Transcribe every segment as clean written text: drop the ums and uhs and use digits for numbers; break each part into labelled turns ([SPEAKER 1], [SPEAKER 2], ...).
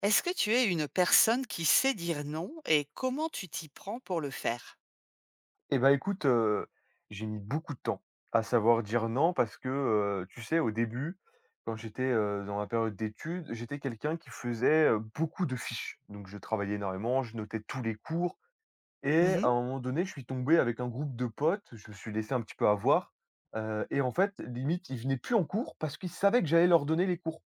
[SPEAKER 1] Est-ce que tu es une personne qui sait dire non et comment tu t'y prends pour le faire?
[SPEAKER 2] Eh ben écoute, j'ai mis beaucoup de temps à savoir dire non parce que, tu sais au début, quand j'étais, dans ma période d'études, j'étais quelqu'un qui faisait, beaucoup de fiches. Donc je travaillais énormément, je notais tous les cours et
[SPEAKER 1] Mmh.
[SPEAKER 2] à un moment donné, je suis tombé avec un groupe de potes, je me suis laissé un petit peu avoir, et en fait, limite, ils venaient plus en cours parce qu'ils savaient que j'allais leur donner les cours,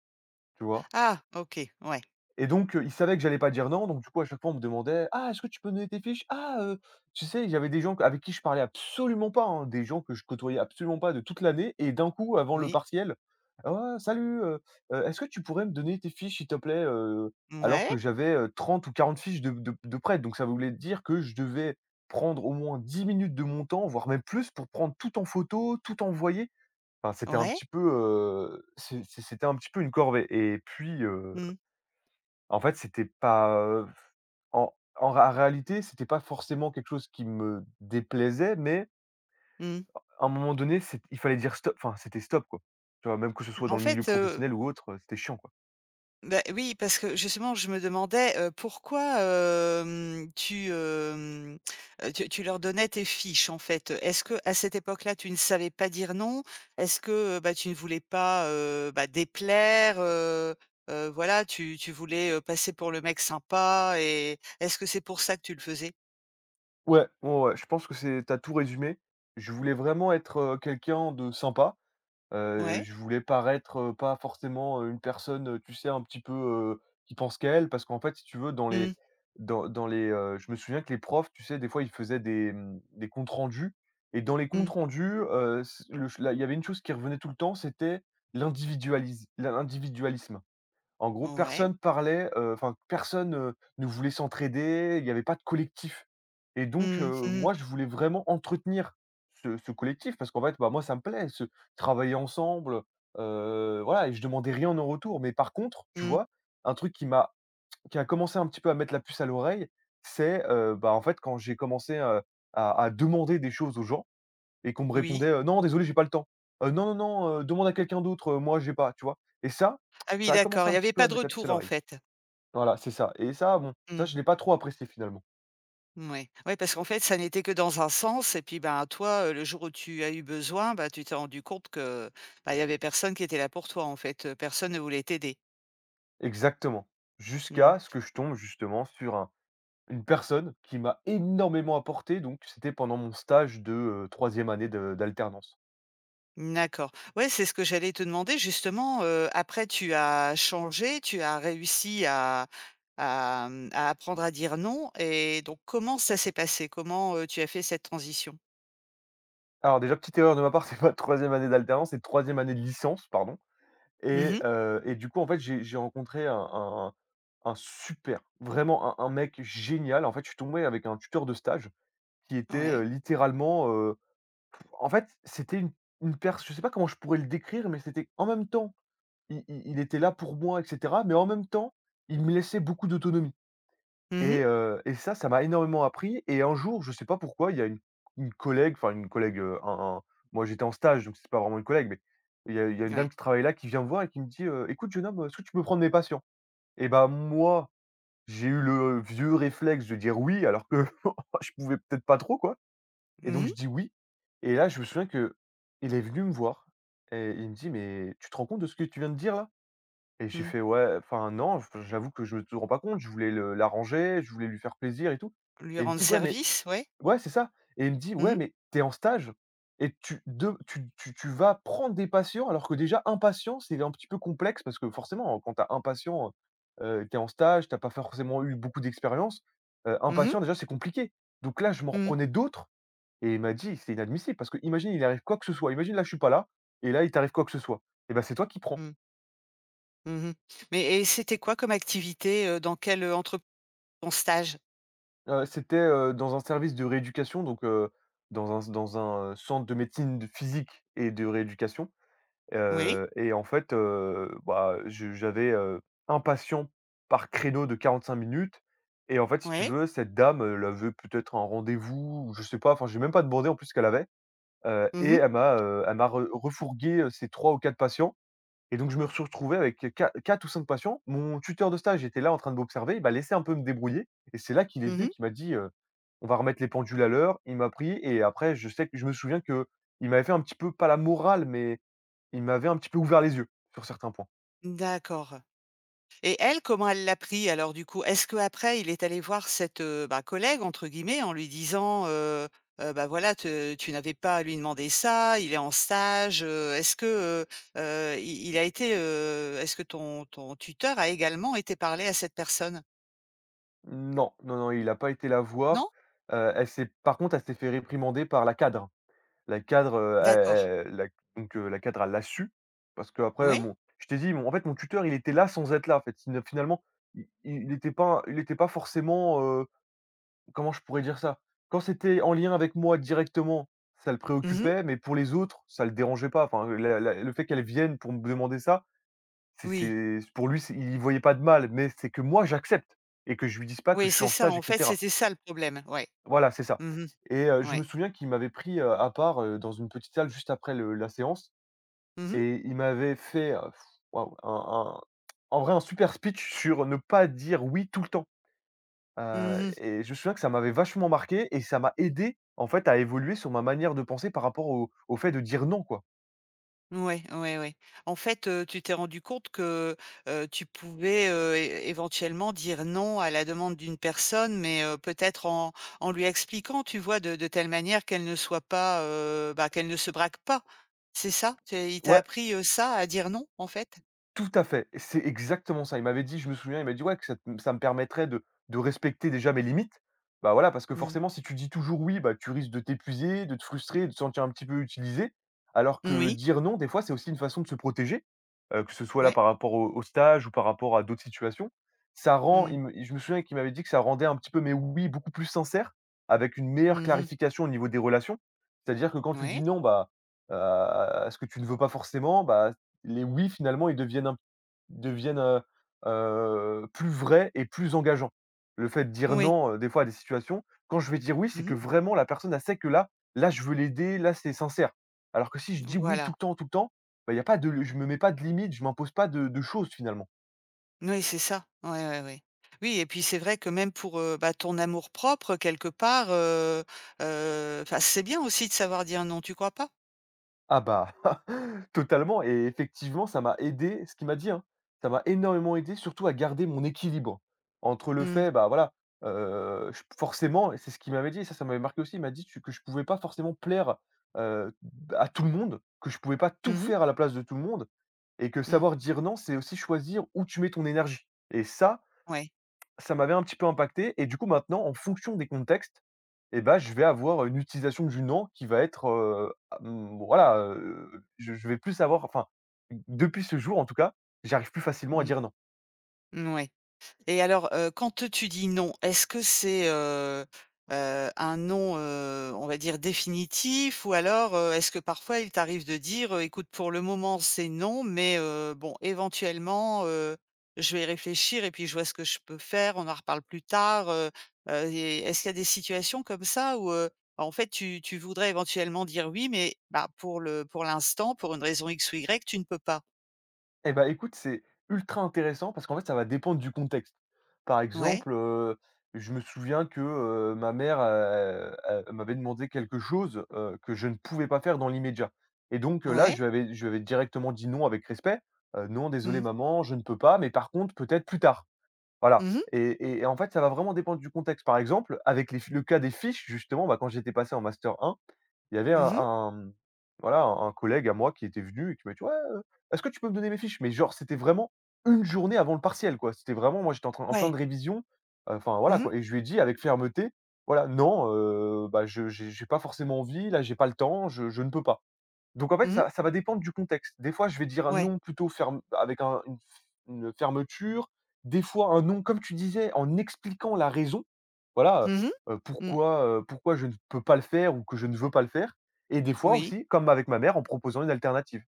[SPEAKER 2] tu vois?
[SPEAKER 1] Ah! OK, ouais.
[SPEAKER 2] Et donc, ils savaient que j'allais pas dire non, donc du coup, à chaque fois, on me demandait: «Ah, est-ce que tu peux me donner tes fiches? Ah» tu sais, il y avait des gens avec qui je parlais absolument pas, hein, des gens que je côtoyais absolument pas de toute l'année et d'un coup, avant le
[SPEAKER 1] Oui.
[SPEAKER 2] partiel: «Oh, salut, est-ce que tu pourrais me donner tes fiches, s'il te plaît?» Alors
[SPEAKER 1] Ouais.
[SPEAKER 2] que j'avais, 30 ou 40 fiches de prêt, donc ça voulait dire que je devais prendre au moins 10 minutes de mon temps, voire même plus, pour prendre tout en photo, tout envoyer. Enfin,
[SPEAKER 1] Ouais.
[SPEAKER 2] c'était un
[SPEAKER 1] Ouais.
[SPEAKER 2] petit peu, c'était un petit peu une corvée et puis,
[SPEAKER 1] Mmh.
[SPEAKER 2] en fait, c'était pas, en en ré réalité, c'était pas forcément quelque chose qui me déplaisait, mais
[SPEAKER 1] Mmh.
[SPEAKER 2] à un moment donné, c'est il fallait dire stop, enfin, c'était stop, quoi. Tu vois? Même que ce soit
[SPEAKER 1] En
[SPEAKER 2] dans le milieu
[SPEAKER 1] fait,
[SPEAKER 2] professionnel ou autre, c'était chiant, quoi.
[SPEAKER 1] bah, oui, parce que justement, je me demandais, pourquoi, hem, tu tu leur donnais tes fiches, en fait? Est-ce que à cette époque-là, tu ne savais pas dire non? Est-ce que, bah, tu ne voulais pas, bah, déplaire, voilà, tu voulais, passer pour le mec sympa et est-ce que c'est pour ça que tu le faisais?
[SPEAKER 2] Ouais, ouais, ouais, je pense que c'est tu tout résumé. Je voulais vraiment être, quelqu'un de sympa.
[SPEAKER 1] Ouais.
[SPEAKER 2] Je voulais paraître, pas forcément, une personne, tu sais, un petit peu, qui pense qu'à elle. Parce qu'en fait, si tu veux, dans
[SPEAKER 1] Mmh.
[SPEAKER 2] les dans dans les, je me souviens que les profs, tu sais, des fois, ils faisaient des comptes rendus et dans les comptes
[SPEAKER 1] Mmh.
[SPEAKER 2] rendus, c le ch la il y avait une chose qui revenait tout le temps, c'était l'individualisme. En gros,
[SPEAKER 1] Ouais.
[SPEAKER 2] personne parlait, enfin personne, ne voulait s'entraider, il n'y avait pas de collectif et donc,
[SPEAKER 1] Mmh. Mmh.
[SPEAKER 2] moi je voulais vraiment entretenir ce collectif parce qu'en fait, bah, moi ça me plaît, ce travailler ensemble, voilà et je demandais rien en retour. Mais par contre, tu
[SPEAKER 1] Mmh.
[SPEAKER 2] vois, un truc qui a commencé un petit peu à mettre la puce à l'oreille, c'est, bah, en fait quand j'ai commencé, à demander des choses aux gens et qu'on me répondait,
[SPEAKER 1] Oui.
[SPEAKER 2] «Non désolé j'ai pas le temps», «Non, non, non, demande à quelqu'un d'autre, moi j'ai pas», tu vois? Et ça,
[SPEAKER 1] Ah oui,
[SPEAKER 2] ça a
[SPEAKER 1] d'accord,
[SPEAKER 2] commencé
[SPEAKER 1] il y
[SPEAKER 2] un petit
[SPEAKER 1] avait
[SPEAKER 2] peu
[SPEAKER 1] pas
[SPEAKER 2] à
[SPEAKER 1] de
[SPEAKER 2] mettre la puce
[SPEAKER 1] retour,
[SPEAKER 2] à
[SPEAKER 1] en
[SPEAKER 2] l'oreille.
[SPEAKER 1] fait?
[SPEAKER 2] Voilà, c'est ça et ça, bon, ça
[SPEAKER 1] Mmh.
[SPEAKER 2] je l'ai pas trop apprécié finalement.
[SPEAKER 1] Ouais, ouais, parce qu'en fait, ça n'était que dans un sens et puis, ben, toi, le jour où tu as eu besoin, ben tu t'es rendu compte que, ben il y avait personne qui était là pour toi, en fait, personne ne voulait t'aider.
[SPEAKER 2] Exactement.
[SPEAKER 1] Mmh.
[SPEAKER 2] Jusqu'à ce que je tombe justement sur un une personne qui m'a énormément apporté, donc c'était pendant mon stage de, 3 année de d'alternance.
[SPEAKER 1] D'accord. Ouais, c'est ce que j'allais te demander justement, après tu as changé, tu as réussi à apprendre à dire non et donc comment ça s'est passé? Comment, tu as fait cette transition?
[SPEAKER 2] Alors déjà, petite erreur de ma part, c'est pas troisième année d'alternance, c'est troisième année de licence, pardon. Et
[SPEAKER 1] Mmh.
[SPEAKER 2] heu et du coup, en fait, j'ai rencontré un super, vraiment un mec génial. En fait, je suis tombé avec un tuteur de stage qui était,
[SPEAKER 1] Ouais.
[SPEAKER 2] littéralement, en fait, c'était une pers je sais pas comment je pourrais le décrire, mais c'était en même temps, il était là pour moi et cetera, mais en même temps, il me laissait beaucoup d'autonomie.
[SPEAKER 1] Mmh.
[SPEAKER 2] Et ça, ça m'a énormément appris et un jour, je sais pas pourquoi, il y a une collègue, enfin une collègue, un moi j'étais en stage, donc c'est pas vraiment une collègue, mais il y a une dame
[SPEAKER 1] Ouais.
[SPEAKER 2] qui travaille là qui vient me voir et qui me dit, «Écoute jeune homme, est-ce que tu peux prendre mes patients?» Et bah, moi, j'ai eu le vieux réflexe de dire oui, alors que je pouvais peut-être pas trop, quoi, et
[SPEAKER 1] Mmh
[SPEAKER 2] donc
[SPEAKER 1] mh.
[SPEAKER 2] je dis oui. Et là, je me souviens que il est venu me voir et il me dit: «Mais tu te rends compte de ce que tu viens de dire là?» Et j'ai
[SPEAKER 1] Mmh.
[SPEAKER 2] fait: «Ouais, enfin non, j'avoue que je me te rends pas compte, je voulais le l'arranger, je voulais lui faire plaisir et tout»
[SPEAKER 1] Lui
[SPEAKER 2] et il me
[SPEAKER 1] rendre
[SPEAKER 2] dit: «Ouais, mais»
[SPEAKER 1] service, ouais.
[SPEAKER 2] ouais, c'est ça, et il me dit:
[SPEAKER 1] Mmh
[SPEAKER 2] «Ouais,
[SPEAKER 1] mh.
[SPEAKER 2] mais t'es en stage et tu de tu tu tu vas prendre des patients», alors que déjà un patient, c'est un petit peu complexe parce que forcément, quand t'as un patient, en stage, t'as pas forcément eu beaucoup d'expérience, un
[SPEAKER 1] Mmh.
[SPEAKER 2] patient déjà, c'est compliqué. Donc là, je m'en
[SPEAKER 1] Mmh.
[SPEAKER 2] reprenais d'autres, et il m'a dit: «C'est inadmissible parce que imagine il arrive quoi que ce soit, imagine là, je suis pas là et là, il t'arrive quoi que ce soit et ben c'est toi qui prends».
[SPEAKER 1] Mmh. Mmh. Mais et c'était quoi comme activité, dans quelle, entrep ton stage?
[SPEAKER 2] C'était, dans un service de rééducation, donc dans un, centre de médecine de physique et de rééducation,
[SPEAKER 1] Oui,
[SPEAKER 2] et en fait, bah, je j'avais, 1 patient par créneau de 45 minutes. Et en fait, si tu
[SPEAKER 1] oui.
[SPEAKER 2] veux, cette dame, elle avait peut-être un rendez-vous ou je sais pas, enfin, j'ai même pas demandé en plus ce qu'elle avait,
[SPEAKER 1] Mmh
[SPEAKER 2] et
[SPEAKER 1] mh.
[SPEAKER 2] elle m'a re refourgué, ses 3 ou 4 patients et donc je me suis retrouvé avec qua 4 ou 5 patients. Mon tuteur de stage était là en train de m'observer, il m'a laissé un peu me débrouiller et c'est là qu'il est venu,
[SPEAKER 1] Mmh.
[SPEAKER 2] et qu'il m'a dit, «On va remettre les pendules à l'heure». Il m'a pris et après je me souviens que il m'avait fait un petit peu, pas la morale, mais il m'avait un petit peu ouvert les yeux sur certains points.
[SPEAKER 1] D'accord et elle, comment elle l'a pris alors du coup? Est-ce qu'après il est allé voir cette, bah, «collègue» entre guillemets en lui disant: «Bah, voilà, te tu n'avais pas à lui demander ça, il est en stage», est-ce que, i il a été, est-ce que ton tuteur a également été parlé à cette personne?
[SPEAKER 2] Non, non, non, il a pas été la
[SPEAKER 1] Non?
[SPEAKER 2] voir. Elle s'est par contre, elle s'est fait réprimander par la cadre. La cadre,
[SPEAKER 1] D'accord.
[SPEAKER 2] elle elle la donc la cadre, elle l'a su parce que après
[SPEAKER 1] Oui.
[SPEAKER 2] mon je t'ai dit, mon tuteur, il était là sans être là, en fait. Il n'a- Finalement, il était pas forcément, comment je pourrais dire ça? Quand c'était en lien avec moi directement, ça le
[SPEAKER 1] Mmh.
[SPEAKER 2] préoccupait, mais pour les autres, ça le dérangeait pas. Enfin, la la le fait qu'elle vienne pour me demander ça,
[SPEAKER 1] Oui.
[SPEAKER 2] c'est pour lui, c'est il y voyait pas de mal, mais c'est que moi, j'accepte et que je lui dise pas que
[SPEAKER 1] Oui,
[SPEAKER 2] je suis
[SPEAKER 1] c'est
[SPEAKER 2] en
[SPEAKER 1] ça,
[SPEAKER 2] stage
[SPEAKER 1] en fait,
[SPEAKER 2] etc.
[SPEAKER 1] c'était ça le problème, ouais.
[SPEAKER 2] Voilà, c'est ça,
[SPEAKER 1] Mmh.
[SPEAKER 2] et je me
[SPEAKER 1] Ouais.
[SPEAKER 2] souviens qu'il m'avait pris, à part, dans une petite salle juste après le la séance
[SPEAKER 1] Mmh mh.
[SPEAKER 2] et il m'avait fait, waouh, un en vrai, un super speech sur ne pas dire «oui» tout le temps,
[SPEAKER 1] Mmh.
[SPEAKER 2] et je me souviens que ça m'avait vachement marqué et ça m'a aidé, en fait, à évoluer sur ma manière de penser par rapport au fait de dire «non», quoi.
[SPEAKER 1] Ouais, ouais, ouais. En fait, tu t'es rendu compte que, tu pouvais, é éventuellement dire non à la demande d'une personne, mais, peut-être en lui expliquant, tu vois? De telle manière qu'elle ne soit pas, bah, qu'elle ne se braque pas. C'est ça? C'est il t'a
[SPEAKER 2] Ouais.
[SPEAKER 1] appris, ça, à dire non, en fait?
[SPEAKER 2] Tout à fait, c'est exactement ça. Il m'avait dit, je me souviens, il m'a dit: «Ouais, que ça me permettrait de respecter déjà mes limites». Bah, voilà, parce que
[SPEAKER 1] Mmh.
[SPEAKER 2] forcément si tu dis toujours «oui», bah, tu risques de t'épuiser, de te frustrer, de te sentir un petit peu utilisé. Alors que
[SPEAKER 1] Oui,
[SPEAKER 2] dire «non», des fois, c'est aussi une façon de se protéger, que ce soit là
[SPEAKER 1] ouais.
[SPEAKER 2] par rapport au stage ou par rapport à d'autres situations. Ça rend
[SPEAKER 1] Mmh.
[SPEAKER 2] il me Je me souviens qu'il m'avait dit que ça rendait un petit peu mes «oui» beaucoup plus sincères, avec une meilleure
[SPEAKER 1] Mmh.
[SPEAKER 2] clarification au niveau des relations. C'est-à-dire que quand tu
[SPEAKER 1] Ouais.
[SPEAKER 2] dis: «non», bah, heu, à ce que tu ne veux pas forcément, bah, les oui, finalement, ils deviennent deviennent, heu plus vrais et plus engageants. Le fait de dire
[SPEAKER 1] Oui.
[SPEAKER 2] non, des fois à des situations, quand je vais dire oui, c'est que
[SPEAKER 1] Mmh.
[SPEAKER 2] vraiment la personne, elle sait que là, je veux l'aider, là, c'est sincère. Alors que si je dis oui
[SPEAKER 1] Voilà.
[SPEAKER 2] tout le temps, bah, il y a pas de je me mets pas de limite, je m'impose pas de choses finalement.
[SPEAKER 1] Oui, c'est ça. Ouais, ouais, ouais. Oui et puis c'est vrai que même pour, bah, ton amour-propre, quelque part, enfin, c'est bien aussi de savoir dire non, tu crois pas?
[SPEAKER 2] Ah bah, totalement et effectivement ça m'a aidé ce qu'il m'a dit, hein. Ça m'a énormément aidé surtout à garder mon équilibre entre le
[SPEAKER 1] Mmh.
[SPEAKER 2] fait, bah, voilà, je forcément et c'est ce qu'il m'avait dit et ça m'avait marqué aussi, il m'a dit tu que je pouvais pas forcément plaire, heu, à tout le monde, que je pouvais pas tout
[SPEAKER 1] Mmh mh.
[SPEAKER 2] faire à la place de tout le monde et que
[SPEAKER 1] Mmh.
[SPEAKER 2] savoir dire non, c'est aussi choisir où tu mets ton énergie et ça,
[SPEAKER 1] Ouais.
[SPEAKER 2] ça m'avait un petit peu impacté et du coup maintenant en fonction des contextes et bah, je vais avoir une utilisation du «non» qui va être, bon, voilà, je vais plus avoir enfin, depuis ce jour en tout cas, j'arrive plus facilement à
[SPEAKER 1] Mmh.
[SPEAKER 2] dire «non».
[SPEAKER 1] Mouais. Et alors, quand, tu dis «non», est-ce que c'est, un non, on va dire définitif? Ou alors, est-ce que parfois il t'arrive de dire: «Écoute, pour le moment, c'est non, mais, bon, éventuellement, je vais y réfléchir et puis je vois ce que je peux faire, on en reparle plus tard», et est-ce qu'il y a des situations comme ça où, en fait, tu voudrais éventuellement dire «oui», mais, bah, pour l'instant, pour une raison X ou Y, tu ne peux pas?
[SPEAKER 2] Eh ben écoute, c'est ultra intéressant parce qu'en fait, ça va dépendre du contexte. Par
[SPEAKER 1] Ouais,
[SPEAKER 2] exemple, je me souviens que, ma mère, elle m'avait demandé quelque chose, que je ne pouvais pas faire dans l'immédiat et donc là,
[SPEAKER 1] ouais.
[SPEAKER 2] je lui avais directement dit: «Non» avec respect: «Non, désolé
[SPEAKER 1] Mmh.
[SPEAKER 2] maman, je ne peux pas, mais par contre, peut-être plus tard». Voilà
[SPEAKER 1] Mmh mh.
[SPEAKER 2] et en fait, ça va vraiment dépendre du contexte. Par exemple, avec les f le cas des fiches, justement, bah, quand j'étais passé en master 1, il y avait
[SPEAKER 1] Mmh.
[SPEAKER 2] un voilà, un collègue à moi qui était venu et qui m'a dit: «Ouais, est-ce que tu peux me donner mes fiches?» mais genre, c'était vraiment une journée avant le partiel, quoi. C'était vraiment moi, j'étais en plein de
[SPEAKER 1] Ouais.
[SPEAKER 2] révision, enfin
[SPEAKER 1] Mmh
[SPEAKER 2] voilà,
[SPEAKER 1] mh.
[SPEAKER 2] quoi et je lui ai dit avec fermeté: «Voilà, non, bah, je j'ai pas forcément envie, là, j'ai pas le temps, je ne peux pas». Donc en fait,
[SPEAKER 1] Mmh.
[SPEAKER 2] ça ça va dépendre du contexte. Des fois, je vais dire un
[SPEAKER 1] Ouais.
[SPEAKER 2] non plutôt ferme avec un une fermeture, des fois un non, comme tu disais, en expliquant la raison. Voilà,
[SPEAKER 1] Mmh mh. Mmh.
[SPEAKER 2] pourquoi je ne peux pas le faire ou que je ne veux pas le faire et des fois
[SPEAKER 1] Oui.
[SPEAKER 2] aussi, comme avec ma mère, en proposant une alternative.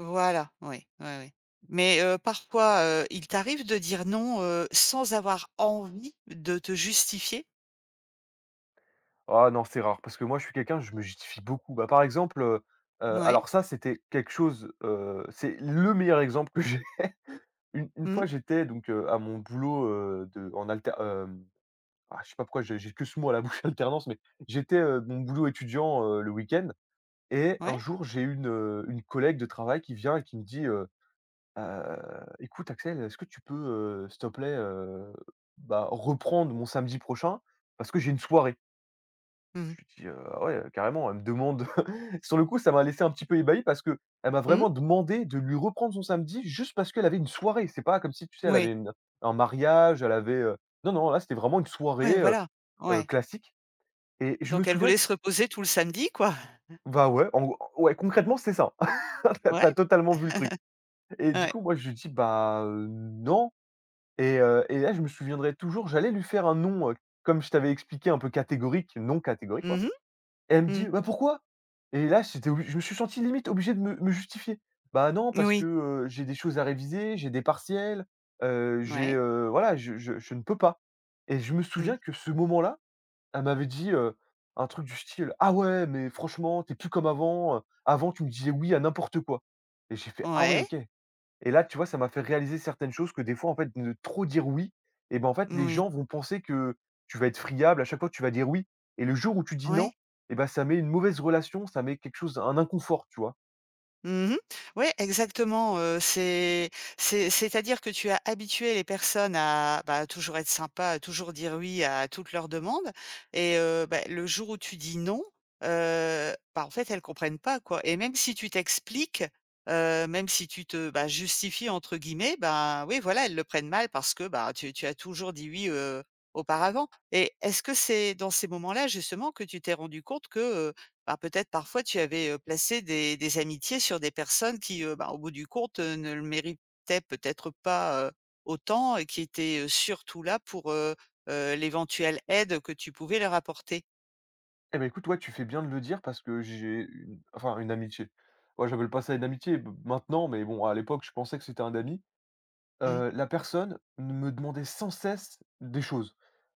[SPEAKER 1] Voilà, oui, oui, oui. Mais parfois, il t'arrive de dire non, sans avoir envie de te justifier?
[SPEAKER 2] Ah non, c'est rare parce que moi, je suis quelqu'un, je me justifie beaucoup. Bah, par exemple,
[SPEAKER 1] Ouais.
[SPEAKER 2] alors ça, c'était quelque chose, c'est le meilleur exemple que j'ai. Une
[SPEAKER 1] Mmh.
[SPEAKER 2] fois, j'étais donc, à mon boulot, de en alter Ah, je sais pas pourquoi j'ai que ce mot à la bouche, alternance, mais j'étais, mon boulot étudiant, le week-end et
[SPEAKER 1] Ouais.
[SPEAKER 2] un jour, j'ai une collègue de travail qui vient et qui me dit: «Heu, écoute Axel, est-ce que tu peux, s'il te plaît, bah, reprendre mon samedi prochain? Parce que j'ai une soirée».
[SPEAKER 1] Mmh.
[SPEAKER 2] Je lui dis: «Ah ouais, carrément». Elle me demande sur le coup, ça m'a laissé un petit peu ébahi parce que elle m'a
[SPEAKER 1] Mmh.
[SPEAKER 2] vraiment demandé de lui reprendre son samedi juste parce qu'elle avait une soirée. C'est pas comme si, tu sais, elle
[SPEAKER 1] Oui.
[SPEAKER 2] avait une un mariage, elle avait, non, non, là, c'était vraiment une
[SPEAKER 1] Ouais,
[SPEAKER 2] soirée,
[SPEAKER 1] voilà. Ouais.
[SPEAKER 2] classique. Et je me
[SPEAKER 1] Donc elle
[SPEAKER 2] souviens
[SPEAKER 1] voulait se reposer tout le samedi, quoi.
[SPEAKER 2] bah, ouais, en gros ouais,
[SPEAKER 1] Mmh.
[SPEAKER 2] concrètement, c'est ça. Tu as
[SPEAKER 1] Ouais,
[SPEAKER 2] tu as totalement vu le truc et du
[SPEAKER 1] ouais.
[SPEAKER 2] coup, moi, je lui dis: «Bah, non» et là, je me souviendrai toujours, j'allais lui faire un non, comme je t'avais expliqué, un peu catégorique, non catégorique, quoi
[SPEAKER 1] Mmh mh.
[SPEAKER 2] et elle me
[SPEAKER 1] Mmh.
[SPEAKER 2] dit: «Bah, pourquoi?» et là, j'étais obli je me suis senti limite obligé de me justifier. «Bah, non, parce que,
[SPEAKER 1] Oui.
[SPEAKER 2] j'ai des choses à réviser, j'ai des partiels, j'ai,
[SPEAKER 1] Ouais.
[SPEAKER 2] voilà, je ne peux pas» et je me
[SPEAKER 1] Mmh.
[SPEAKER 2] souviens que ce moment-là, elle m'avait dit, un truc du style: «Ah ouais, mais franchement, t'es plus comme avant, avant tu me disais "oui" à n'importe quoi». Et j'ai fait: «Ah ouais,
[SPEAKER 1] Ouais.
[SPEAKER 2] OK». Et là, tu vois, ça m'a fait réaliser certaines choses que des fois, en fait, de trop dire «oui» et ben, en fait, les
[SPEAKER 1] Oui,
[SPEAKER 2] gens vont penser que tu vas être friable, à chaque fois que tu vas dire «oui» et le jour où tu dis «non»
[SPEAKER 1] ouais.
[SPEAKER 2] et ben ça met une mauvaise relation, ça met quelque chose, un inconfort, tu vois?
[SPEAKER 1] Mmh. Ouais, exactement, c'est-à-dire que tu as habitué les personnes à, bah, toujours être sympa, à toujours dire oui à toutes leurs demandes et bah, le jour où tu dis non, bah, en fait, elles comprennent pas, quoi et même si tu t'expliques, même si tu te, bah, «justifies» entre guillemets, ben, oui, voilà, elles le prennent mal parce que, bah, tu as toujours dit «oui», auparavant et est-ce que c'est dans ces moments-là, justement, que tu t'es rendu compte que, bah, peut-être parfois tu avais, placé des amitiés sur des personnes qui, bah, au bout du compte, ne le méritaient peut-être pas, autant et qui étaient, surtout là pour, l'éventuelle aide que tu pouvais leur apporter.
[SPEAKER 2] Et ben écoute, ouais, tu fais bien de le dire parce que j'ai une enfin une amitié. Ouais, j'appelle pas ça une amitié b maintenant, mais bon, à l'époque, je pensais que c'était un ami.
[SPEAKER 1] Mmh.
[SPEAKER 2] La personne me demandait sans cesse des choses.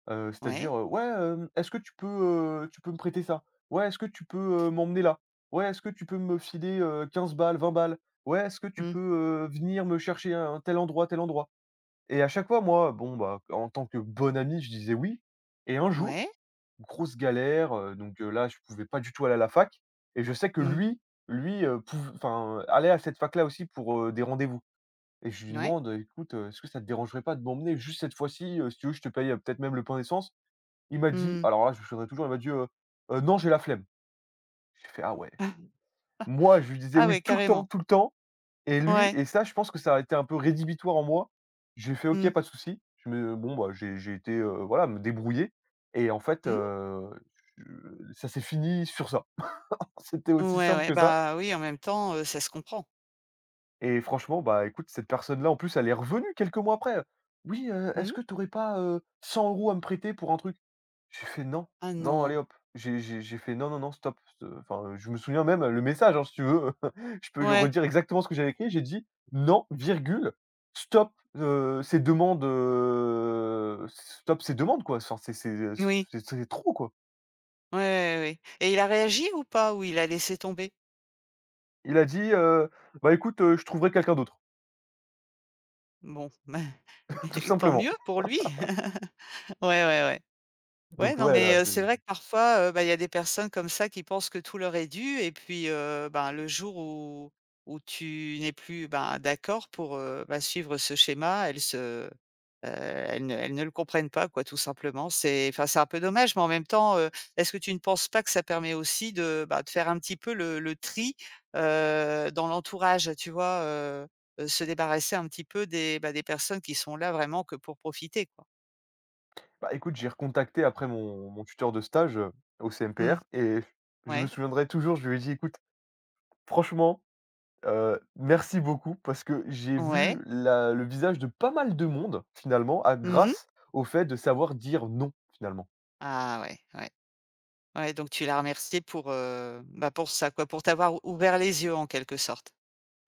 [SPEAKER 2] Heu, c'est-à-dire,
[SPEAKER 1] Ouais.
[SPEAKER 2] heu: «Ouais, est-ce que tu peux, me prêter ça? Ouais, est-ce que tu peux, m'emmener là? Ouais, est-ce que tu peux me filer, 15 balles, 20 balles? Ouais, est-ce que tu
[SPEAKER 1] Mmh.
[SPEAKER 2] peux, venir me chercher à un tel endroit, tel endroit?» et à chaque fois, moi, bon, bah, en tant que bon ami, je disais «oui» et un jour,
[SPEAKER 1] Ouais.
[SPEAKER 2] grosse galère, donc là, je pouvais pas du tout aller à la fac et je sais que
[SPEAKER 1] Mmh.
[SPEAKER 2] lui, allait à cette fac-là aussi pour, des rendez-vous. Et je lui
[SPEAKER 1] Ouais.
[SPEAKER 2] demande: «Écoute, est-ce que ça te dérangerait pas de m'emmener juste cette fois-ci, si tu veux je te paye, peut-être même le plein d'essence?». Il m'a dit,
[SPEAKER 1] Mmh.
[SPEAKER 2] alors là je me souviendrai toujours, il m'a dit: non, j'ai la flemme». J'ai fait: «Ah ouais». Moi je lui disais
[SPEAKER 1] Ah ouais,
[SPEAKER 2] oui
[SPEAKER 1] carrément.
[SPEAKER 2] tout le temps et lui,
[SPEAKER 1] Ouais.
[SPEAKER 2] et ça je pense que ça a été un peu rédhibitoire en moi. J'ai fait: «OK,
[SPEAKER 1] Mmh.
[SPEAKER 2] pas de souci». Je me bon bah j'ai été, voilà, me débrouiller et en fait,
[SPEAKER 1] Mmh.
[SPEAKER 2] je ça s'est fini sur ça. C'était aussi
[SPEAKER 1] Ouais,
[SPEAKER 2] simple
[SPEAKER 1] ouais.
[SPEAKER 2] que ça.
[SPEAKER 1] Bah, oui, en même temps, ça se comprend.
[SPEAKER 2] Et franchement, bah, écoute, cette personne-là, en plus, elle est revenue quelques mois après. «Oui,
[SPEAKER 1] Mmh.
[SPEAKER 2] est-ce que tu aurais pas, 100 € à me prêter pour un truc?». J'ai fait: «Non,
[SPEAKER 1] Ah
[SPEAKER 2] non, allez
[SPEAKER 1] non.
[SPEAKER 2] hop». J'ai fait: «Non, non, non, stop». Enfin, je me souviens même le message, hein, si tu veux, je peux lui
[SPEAKER 1] Ouais.
[SPEAKER 2] redire exactement ce que j'avais écrit. J'ai dit: «Non, virgule, stop, stop ces demandes, quoi. Enfin, c'est c'est,
[SPEAKER 1] Oui.
[SPEAKER 2] c'est c'est trop, quoi».
[SPEAKER 1] Ouais, ouais, ouais et il a réagi ou pas? Ou il a laissé tomber?
[SPEAKER 2] Il a dit: bah, écoute, je trouverai quelqu'un d'autre»,
[SPEAKER 1] Bon.
[SPEAKER 2] tout
[SPEAKER 1] Et tant
[SPEAKER 2] simplement.
[SPEAKER 1] mieux pour lui. Ouais, ouais, ouais,
[SPEAKER 2] Donc
[SPEAKER 1] non,
[SPEAKER 2] ouais,
[SPEAKER 1] mais
[SPEAKER 2] là, c'est.
[SPEAKER 1] c'est vrai que parfois, bah, il y a des personnes comme ça qui pensent que tout leur est dû et puis, ben, le jour où tu n'es plus, ben, d'accord pour, bah, suivre ce schéma, elles ne le comprennent pas quoi, tout simplement. C'est enfin, c'est un peu dommage, mais en même temps, est-ce que tu ne penses pas que ça permet aussi de, bah, de faire un petit peu le tri, dans l'entourage, tu vois? Se débarrasser un petit peu des, bah, des personnes qui sont là vraiment que pour profiter, quoi.
[SPEAKER 2] Bah, écoute, j'ai recontacté après mon tuteur de stage, au
[SPEAKER 1] Mmh.
[SPEAKER 2] CMPR et je me
[SPEAKER 1] Ouais.
[SPEAKER 2] souviendrai toujours, je lui ai dit: «Écoute, franchement, merci beaucoup parce que j'ai
[SPEAKER 1] Ouais.
[SPEAKER 2] vu la le visage de pas mal de monde finalement à
[SPEAKER 1] Mmh.
[SPEAKER 2] grâce au fait de savoir dire "non" finalement».
[SPEAKER 1] Ah ouais, ouais. Ouais, donc tu l'as remercié pour, bah, pour ça quoi, pour t'avoir ou ouvert les yeux en quelque sorte.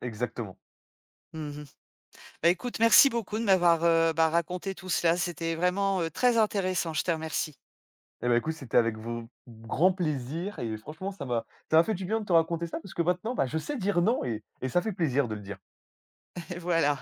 [SPEAKER 2] Exactement.
[SPEAKER 1] Mmh. Bah, écoute, merci beaucoup de m'avoir, bah, raconté tout cela. C'était vraiment, très intéressant, je te remercie.
[SPEAKER 2] Et bah, écoute, c'était avec v grand plaisir et franchement ça m'a fait du bien de te raconter ça parce que maintenant, bah, je sais dire non et ça fait plaisir de le dire.
[SPEAKER 1] Voilà.